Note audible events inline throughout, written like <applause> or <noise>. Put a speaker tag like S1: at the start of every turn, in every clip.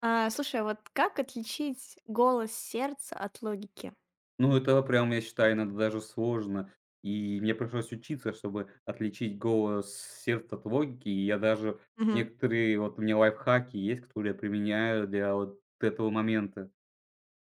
S1: А, слушай, а вот как отличить голос сердца от логики?
S2: Ну, это прям, я считаю, иногда даже сложно. И мне пришлось учиться, чтобы отличить голос сердца от логики. И я даже
S1: Мгм.
S2: некоторые, вот у меня лайфхаки есть, которые я применяю для вот этого момента.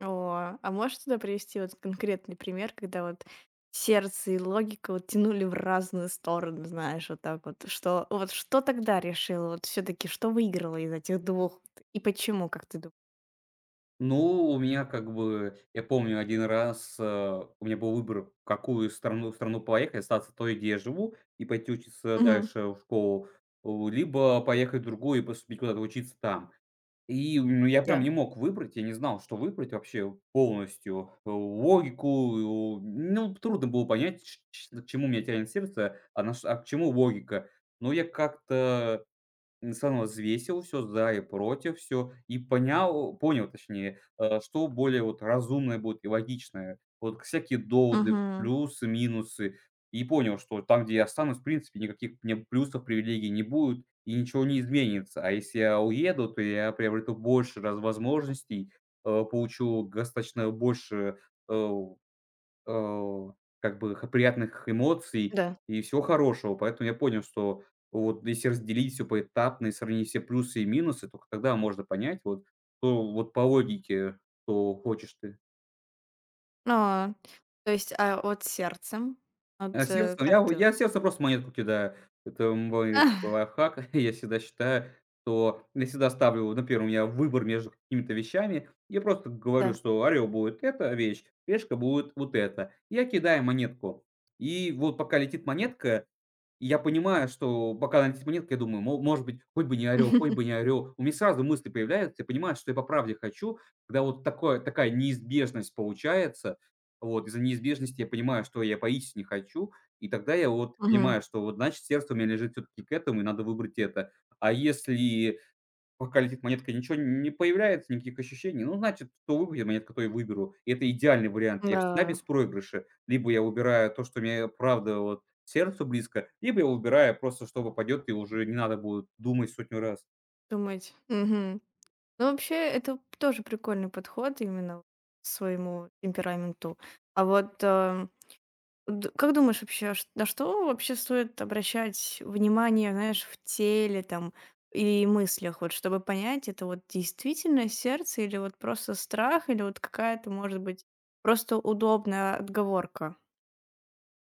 S1: О, а можешь туда привести вот конкретный пример, когда вот сердце и логика вот тянули в разные стороны, знаешь, вот так вот. Вот что тогда решило? Вот все таки что выиграло из этих двух? И почему, как ты думаешь?
S2: Ну, у меня как бы, я помню один раз, у меня был выбор, в какую страну, в страну поехать, остаться той, где я живу, и пойти учиться
S1: Мгм.
S2: дальше в школу, либо поехать в другую и поступить куда-то учиться там. И, ну, я прям
S1: Да.
S2: не мог выбрать, я не знал, что выбрать вообще полностью. Логику, ну, трудно было понять, ч ч к чему меня тянет сердце, а на ш а к чему логика. Но я как-то всё равно взвесил всё за и против, все и понял, точнее, что более вот разумное будет и логичное. Вот всякие доводы,
S1: Мгм.
S2: плюсы, минусы. И понял, что там, где я останусь, в принципе, никаких мне плюсов, привилегий не будет и ничего не изменится. А если я уеду, то я приобрету больше раз возможностей, получу достаточно больше, э э, как бы х приятных эмоций
S1: Да.
S2: и всего хорошего. Поэтому я понял, что вот если разделить все поэтапно и сравнить все плюсы и минусы, только тогда можно понять, вот, то вот по логике, что хочешь ты.
S1: А, то есть а, от сердцем,
S2: А сердцем
S1: как ты...
S2: я сердцем просто монетку кидаю. Это мой такой
S1: <laughs>
S2: лайфхак. <laughs> Я всегда считаю, что я всегда ставлю, например, у меня выбор между какими-то вещами. Я просто говорю,
S1: Да.
S2: что орел будет эта вещь, решка будет вот эта. Я кидаю монетку. И вот пока летит монетка. И я понимаю, что пока она не монетка, я думаю, мол, может быть, хоть бы не орел, хоть бы не
S1: <laughs>
S2: орел. У меня сразу мысли появляются, я понимаю, что я по правде хочу, когда вот такое, такая неизбежность получается. Вот, из-за неизбежности я понимаю, что я поистине хочу, и тогда я вот
S1: Мгм.
S2: понимаю, что вот значит сердце у меня лежит все-таки к этому, и надо выбрать это. А если пока летит монетка, ничего не появляется, никаких ощущений. Ну, значит, кто выберет монетку, то и выберу. И это идеальный вариант. Я всегда
S1: Да,
S2: без проигрыша. Либо я выбираю то, что мне правда вот сердцу близко, либо я выбираю просто, что попадет, и уже не надо будет думать сотню раз.
S1: думать. Мгм. Ну, вообще, это тоже прикольный подход именно к своему темпераменту. А вот, д как думаешь вообще, ш на что вообще стоит обращать внимание, знаешь, в теле там и мыслях, вот чтобы понять, это вот действительно сердце или вот просто страх, или вот какая-то, может быть, просто удобная отговорка?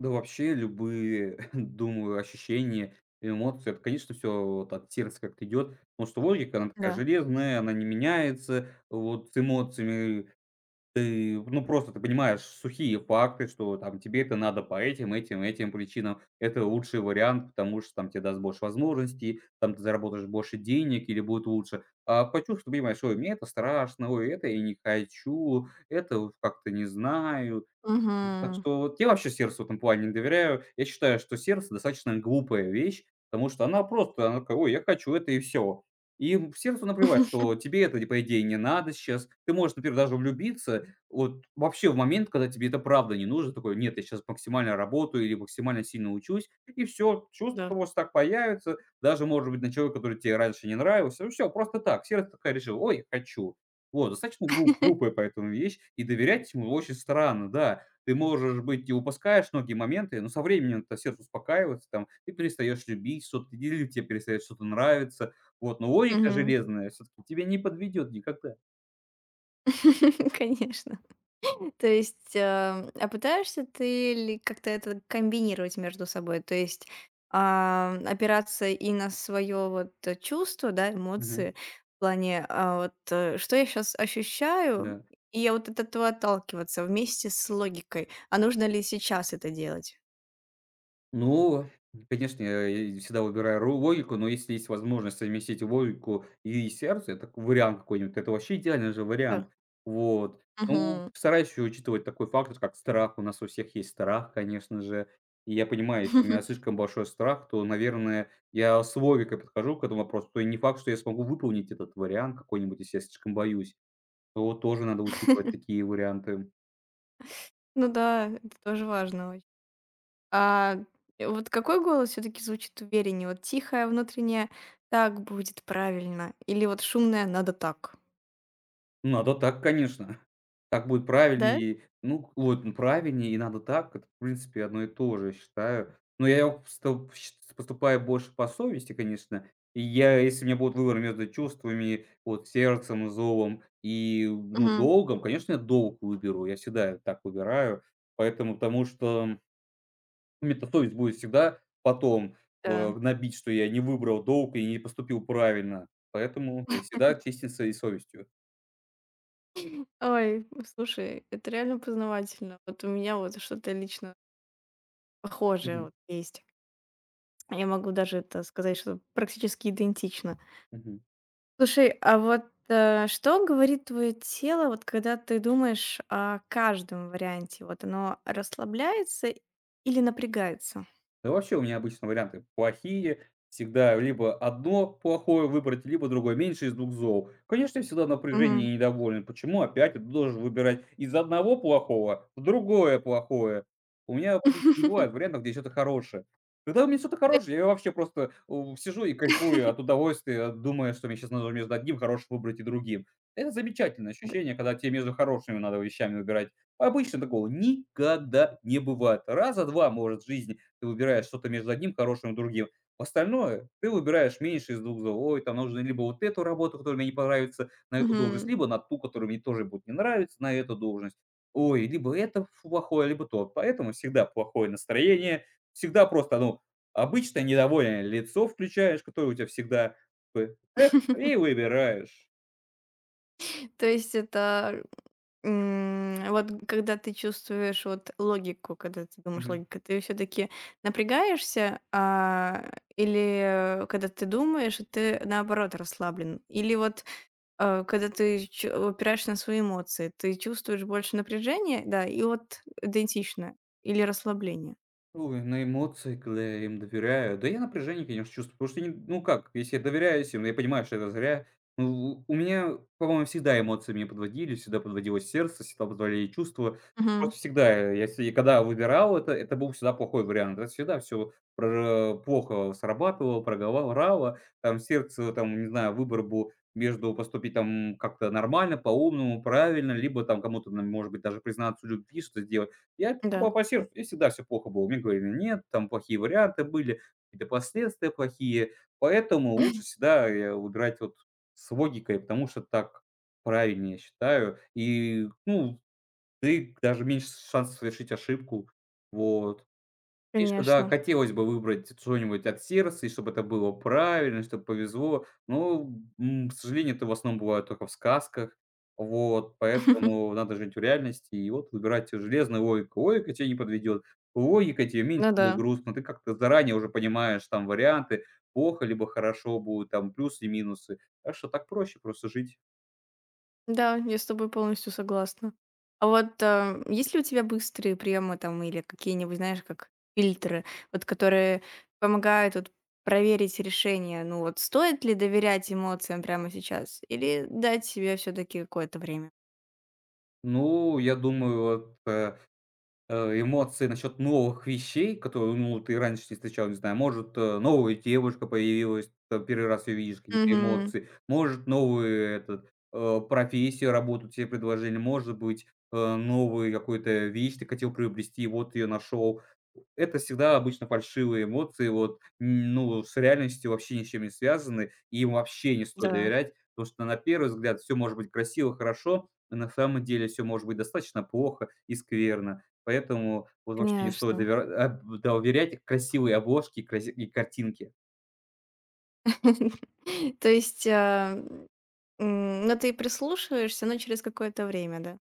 S2: Да вообще любые, <laughs> думаю, ощущения, эмоции, это, конечно, все вот от сердца как-то идет, потому что логика, она такая
S1: Да.
S2: железная, она не меняется, вот с эмоциями. Ты, ну, просто ты понимаешь сухие факты, что там тебе это надо по этим причинам. Это лучший вариант, потому что там тебе даст больше возможностей, там ты заработаешь больше денег или будет лучше. А почувствуй, понимаешь, ой, мне это страшно, ой, это я не хочу, это вот как-то не знаю. Так
S1: Мгм.
S2: что вот я вообще сервису в этом плане не доверяю. Я считаю, что сервис- достаточно глупая вещь, потому что она просто, она такая: "Ой, я хочу это и все". И, сервису наплевать, что
S1: <laughs>
S2: тебе это, по идее, не надо сейчас. Ты можешь, например, даже влюбиться вот вообще в момент, когда тебе это правда не нужно. Такой: "Нет, я сейчас максимально работаю или максимально сильно учусь". И все, чувства
S1: Да.
S2: того что так появятся, даже, может быть, на человека, который тебе раньше не нравился. Все просто так. Сердце такая решила: "Ой, хочу". Вот, достаточно глупая поэтому вещь, и доверять ему очень странно, да. Ты можешь быть и упускаешь многие моменты, но со временем-то сердце успокаивается, там, ты перестаешь любить что-то или тебе перестает что-то нравиться. Вот, но логика
S1: Мгм.
S2: железная все-таки тебя не подведет никогда.
S1: <laughs> Конечно. То есть, а пытаешься ты ли как-то это комбинировать между собой? То есть, а, опираться и на свое вот, чувство, да,
S2: Мгм.
S1: эмоции в плане, а, вот, что я сейчас ощущаю,
S2: Да.
S1: и я вот от этого отталкиваться вместе с логикой. А нужно ли сейчас это делать?
S2: Ну, конечно, я всегда выбираю ру логику, но если есть возможность совместить логику и сердце, это вариант какой-нибудь, это вообще идеальный же
S1: Да.
S2: вариант. Вот. Ну,
S1: Мгм.
S2: стараюсь еще учитывать такой фактор, как страх. У нас у всех есть страх, конечно же. И я понимаю, если у меня
S1: <laughs>
S2: слишком большой страх, то, наверное, я с логикой подхожу к этому вопросу. То и не факт, что я смогу выполнить этот вариант какой-нибудь, если я слишком боюсь. То вот тоже надо учитывать такие варианты.
S1: Ну да, это тоже важно. А, вот какой голос все таки звучит увереннее? Вот тихая внутренняя, "Так будет правильно", или вот шумная, "Надо так"?
S2: Надо так, конечно. Так будет
S1: Да?
S2: правильнее. Ну, вот, ну, правильнее и надо так. Это, в принципе, одно и то же, я считаю. Но я вот поступаю больше по совести, конечно. И я, если у меня будет выбор между чувствами, вот, сердцем, зовом и, ну,
S1: Мгм.
S2: долгом, конечно, я долг выберу. Я всегда так выбираю. Поэтому, потому что мне совесть будет всегда потом,
S1: Да.
S2: гнобить, что я не выбрал долг и не поступил правильно. Поэтому я всегда честен своей совестью.
S1: Ой, слушай, это реально познавательно. Вот у меня вот что-то лично похожее
S2: Мгм,
S1: вот есть. Я могу даже это сказать, что практически идентично.
S2: мгм.
S1: Слушай, а вот, что говорит твое тело, вот когда ты думаешь о каждом варианте? Вот оно расслабляется или напрягается?
S2: Да вообще у меня обычно варианты плохие. Всегда либо одно плохое выбрать, либо другое. Меньше из двух зол. Конечно, я всегда
S1: Мгм.
S2: напряжение и недоволен. Почему опять я должен выбирать из одного плохого в другое плохое? У меня практически не бывает
S1: <laughs>
S2: вариантов, где что-то хорошее. Когда у меня что-то хорошее, я вообще просто сижу и кайфую от удовольствия, думая, что мне сейчас надо между одним хорошим выбрать и другим. Это замечательное
S1: Д
S2: ощущение, когда тебе между хорошими надо вещами выбирать. Обычно такого никогда не бывает. Раза два, может, в жизни ты выбираешь что-то между одним хорошим и другим. Остальное ты выбираешь меньше из двух зол. Ой, там нужно либо вот эту работу, которая мне не понравится, на эту должность,
S1: мгм.
S2: либо на ту, которая мне тоже будет не нравиться, на эту должность. Ой, либо это ф плохое, либо то. Поэтому всегда плохое настроение, всегда просто, ну, обычное недовольное лицо включаешь, которое у тебя всегда, э, и
S1: <laughs>
S2: выбираешь.
S1: То есть это, вот когда ты чувствуешь вот логику, когда ты думаешь логика, ты все таки напрягаешься, а, или когда ты думаешь, ты наоборот расслаблен? Или вот, когда ты ч опираешься на свои эмоции, ты чувствуешь больше напряжения, да, и вот идентично, или расслабление?
S2: Ой, на эмоции, когда я им доверяю. Да я напряжение, конечно, чувствую, потому что, я не ну как, если я доверяюсь им, я понимаю, что это зря. Ну, у меня, по-моему, всегда эмоции меня подводили, всегда подводило сердце, всегда подводили чувства.
S1: Мгм.
S2: Просто всегда, если и когда выбирал это был всегда плохой вариант. Это всегда все плохо срабатывало, проговаривало. Там сердце, там, не знаю, выбор был между поступить там как-то нормально, по-умному, правильно, либо там кому-то, может быть, даже признаться в любви, что сделать. Я
S1: Да,
S2: поступал по сердцу, и всегда все плохо было. Мне говорили: "Нет, там плохие варианты были, какие-то последствия плохие". Поэтому лучше всегда, выбирать вот с логикой, потому что так правильнее, считаю. И, ну, ты даже меньше шансов совершить ошибку. Вот. Конечно, да,
S1: конечно.
S2: хотелось бы выбрать что-нибудь от сердца, и чтобы это было правильно, чтобы повезло. Но, к сожалению, это в основном бывает только в сказках. Вот,
S1: <laughs>
S2: поэтому надо жить в реальности. И вот выбирать железную логику. Логика тебя не подведет. Логика тебе меньше
S1: Ну
S2: будет
S1: да.
S2: грустно. Ты как-то заранее уже понимаешь там варианты. Плохо либо хорошо будут, там плюсы и минусы. Так что так проще просто жить.
S1: Да, я с тобой полностью согласна. А вот, а, есть ли у тебя быстрые приемы там или какие-нибудь, знаешь, как фильтры, вот которые помогают вот проверить решение? Ну вот стоит ли доверять эмоциям прямо сейчас или дать себе все таки какое-то время?
S2: Ну, я думаю, вот, эмоции насчет новых вещей, которые, ну, ты раньше не встречал, не знаю, может, новая девушка появилась, первый раз ее видишь, какие-то
S1: Мгм.
S2: эмоции, может, новую этот, профессию, работу тебе предложили, может быть, новую какую-то вещь ты хотел приобрести, вот ее нашел. Это всегда обычно фальшивые эмоции, вот, ну, с реальностью вообще ничем не связаны, и им вообще не стоит
S1: Да,
S2: доверять, потому что на первый взгляд все может быть красиво, хорошо, а на самом деле все может быть достаточно плохо и скверно. Поэтому вот вообще не стоит
S1: конечно.
S2: доверять красивой обложке и краси и картинке.
S1: <laughs> То есть, а, но ты прислушиваешься, но через какое-то время, да?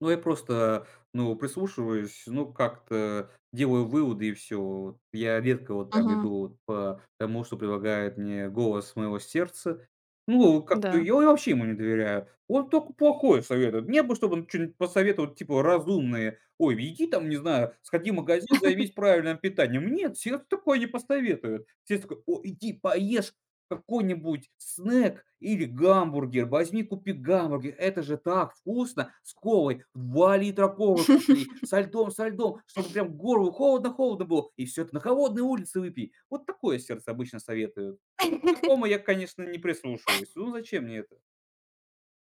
S2: Ну, я просто, ну, прислушиваюсь, ну, как-то делаю выводы и все. Я редко вот прям
S1: Мгм.
S2: иду вот по тому, что предлагает мне голос моего сердца. Ну, как-то
S1: Да.
S2: я вообще ему не доверяю. Он только плохое советует. Мне бы, чтобы он что нибудь посоветовал, типа, разумное. Ой, иди там, не знаю, сходи в магазин, займись правильным питанием. Нет, сердце такое не посоветует. Сердце такое: "О, иди поешь, какой-нибудь снэк или гамбургер. Возьми, купи гамбургер. Это же так вкусно! С колой 2 литра колы купи, со льдом, чтобы прям горлу холодно-холодно было, и все это на холодной улице выпей". Вот такое сердце обычно советуют. Вот к
S1: <laughs>
S2: такому я, конечно, не прислушиваюсь. Ну, зачем мне это?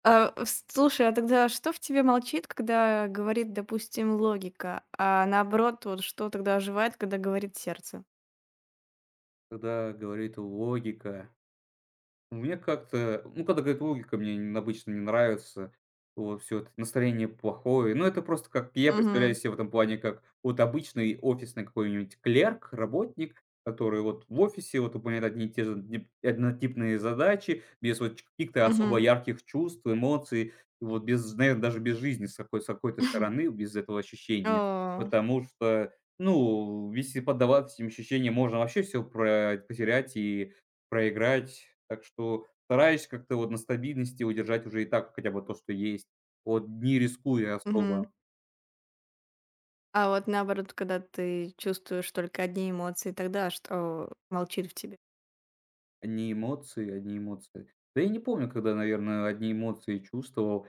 S1: А, слушай, а тогда что в тебе молчит, когда говорит, допустим, логика, а наоборот, вот что тогда оживает, когда говорит сердце?
S2: Когда говорит логика. Мне как-то, ну, когда говорит логика, мне н обычно не нравится. Вот все это настроение плохое. Ну, это просто как я
S1: Мгм.
S2: представляю себе в этом плане как вот обычный офисный какой-нибудь клерк, работник, который вот в офисе вот выполняет одни и те же дип однотипные задачи, без вот ч каких-то особо
S1: Мгм.
S2: ярких чувств, эмоций, и вот без, наверно, даже без жизни с какой с какой-то стороны,
S1: <laughs>
S2: без этого
S1: О,
S2: ощущения. Потому что, ну, если поддаваться этим ощущениям, можно вообще все про потерять и проиграть. Так что стараюсь как-то вот на стабильности удержать уже и так хотя бы то, что есть. Вот не рискуя
S1: мгм.
S2: особо.
S1: А вот наоборот, когда ты чувствуешь только одни эмоции, тогда что молчит в тебе?
S2: Одни эмоции, одни эмоции. Да я не помню, когда, наверное, одни эмоции чувствовал.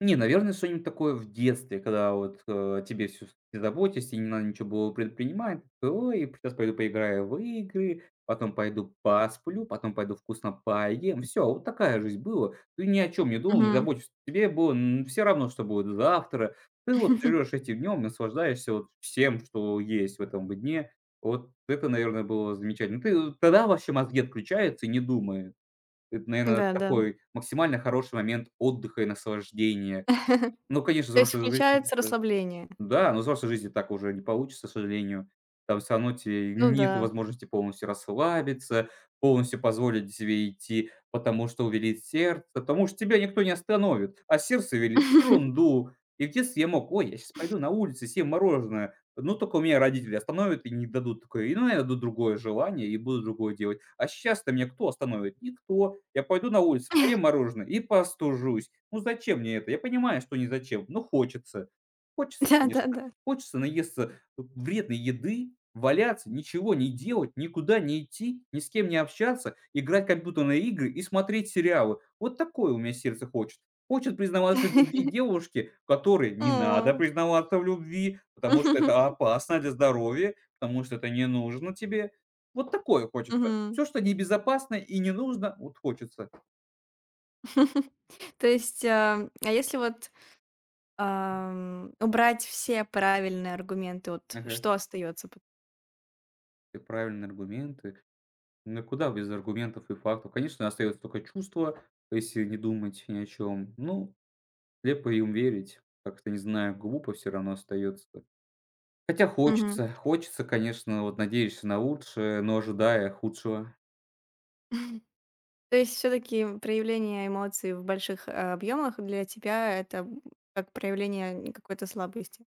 S2: Не, наверное, что-нибудь такое в детстве, когда вот, тебе всю ты заботишься, и не надо ничего было предпринимать. Такой: "Ой, сейчас пойду поиграю в игры, потом пойду посплю, потом пойду вкусно поем". Все, вот такая жизнь была. Ты ни о чем не думал, не
S1: Мгм.
S2: заботишься. Тебе было все равно, что будет завтра. Ты вот живешь
S1: <laughs>
S2: этим днем, наслаждаешься вот всем, что есть в этом дне. Вот это, наверное, было замечательно. Ты вот тогда вообще мозги отключаются и не думает. Это, наверное,
S1: Да, да.
S2: такой максимально хороший момент отдыха и наслаждения.
S1: <laughs>
S2: Ну, конечно,
S1: То есть
S2: взрослая жизнь.
S1: включается
S2: Да.
S1: расслабление.
S2: Да, но в взрослой жизни так уже не получится, к сожалению. Там все равно те
S1: Ну да.
S2: нет возможности полностью расслабиться, полностью позволить себе идти, потому что увелит сердце, потому что тебя никто не остановит, а сердце велит
S1: <laughs>
S2: ерунду. И в детстве я мог: "Ой, я сейчас пойду на улицу, съем мороженое". Ну, только у меня родители остановят и не дадут такое, и, ну, я найду другое желание и буду другое делать. А сейчас то меня кто остановит? Никто. Я пойду на улицу, поем мороженое и постужусь. Ну, зачем мне это? Я понимаю, что не зачем, но хочется. Хочется, конечно,
S1: Да-да-да.
S2: хочется наесться вредной еды, валяться, ничего не делать, никуда не идти, ни с кем не общаться, играть в компьютерные игры и смотреть сериалы. Вот такое у меня сердце хочет. Хочет признаваться в любви
S1: <laughs>
S2: девушке, которой не надо
S1: О.
S2: признаваться в любви, потому что это
S1: <laughs>
S2: опасно для здоровья, потому что это не нужно тебе. Вот такое хочется.
S1: Мгм.
S2: Все, что небезопасно и не нужно, вот хочется.
S1: <laughs> То есть, а если вот Убрать все правильные аргументы, вот
S2: Ага,
S1: что остается пот
S2: ты правильные аргументы. Ну куда без аргументов и фактов? Конечно, остается только чувство, если не думать ни о чем. Ну, слепо им верить. Как-то, не знаю, глупо все равно остается. Хотя
S1: Мгм.
S2: хочется, хочется, конечно, вот надеешься на лучшее, но ожидая худшего.
S1: <laughs> То есть все таки проявление эмоций в больших, а, объемах для тебя — это, как проявление, какой-то слабости.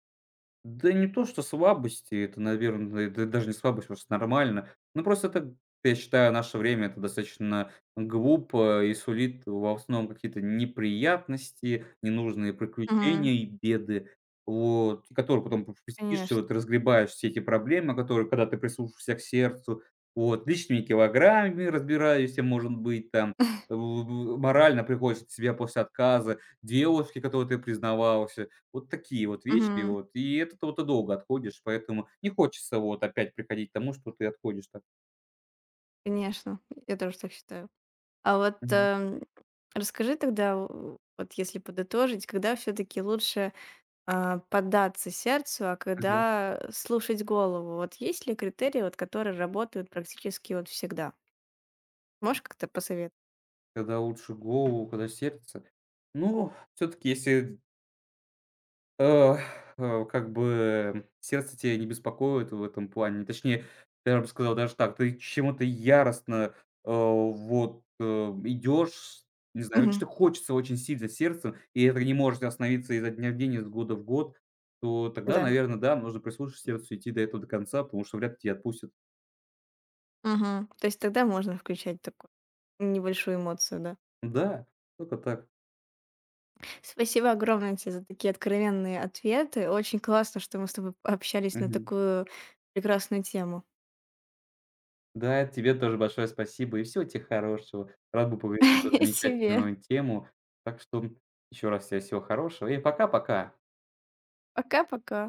S2: Да не то, что слабости, это, наверное, да даже не слабость, просто нормально. Ну, просто это, я считаю, наше время это достаточно глупо и сулит в основном какие-то неприятности, ненужные
S1: Мгм.
S2: приключения и беды, вот, и которые потом п п сидишь и
S1: Конечно.
S2: вот разгребаешь все эти проблемы, которые, когда ты прислушаешься к сердцу, вот, лишними килограммами разбираешься, может быть, там,
S1: <laughs>
S2: в морально приходится в себя после отказа, девушке, которой ты признавался. Вот такие вот вещи
S1: Мгм.
S2: вот, и от этого ты долго отходишь, поэтому не хочется вот опять приходить к тому, что ты отходишь так.
S1: Конечно, я тоже так считаю. А вот,
S2: Мгм.
S1: расскажи тогда, у вот если подытожить, когда все таки лучше, а, поддаться сердцу, а
S2: Ага.
S1: когда слушать голову? Вот есть ли критерии, вот которые работают практически вот всегда? Можешь как-то посоветовать?
S2: Когда лучше голову, когда сердце. Ну, все таки если Э, как бы сердце тебя не беспокоит в этом плане. Точнее, я бы сказал даже так, ты чему-то яростно, вот, идешь, не знаю,
S1: Мгм.
S2: что то хочется очень сильно сердцем, и это не может остановиться изо дня в день, из года в год, то тогда,
S1: Да.
S2: наверное, да, нужно прислушаться к сердцу, идти до этого до конца, потому что вряд ли тебя отпустят.
S1: Мгм. То есть тогда можно включать такую небольшую эмоцию, да.
S2: Да, только так.
S1: Спасибо огромное тебе за такие откровенные ответы. Очень классно, что мы с тобой общались на
S2: Мгм.
S1: такую прекрасную тему.
S2: Да, тебе тоже большое спасибо и всего тебе хорошего. Рад был поговорить на эту
S1: <laughs> И тебе.
S2: замечательную тему. Так что еще раз тебе всего хорошего и пока-пока.
S1: Пока-пока.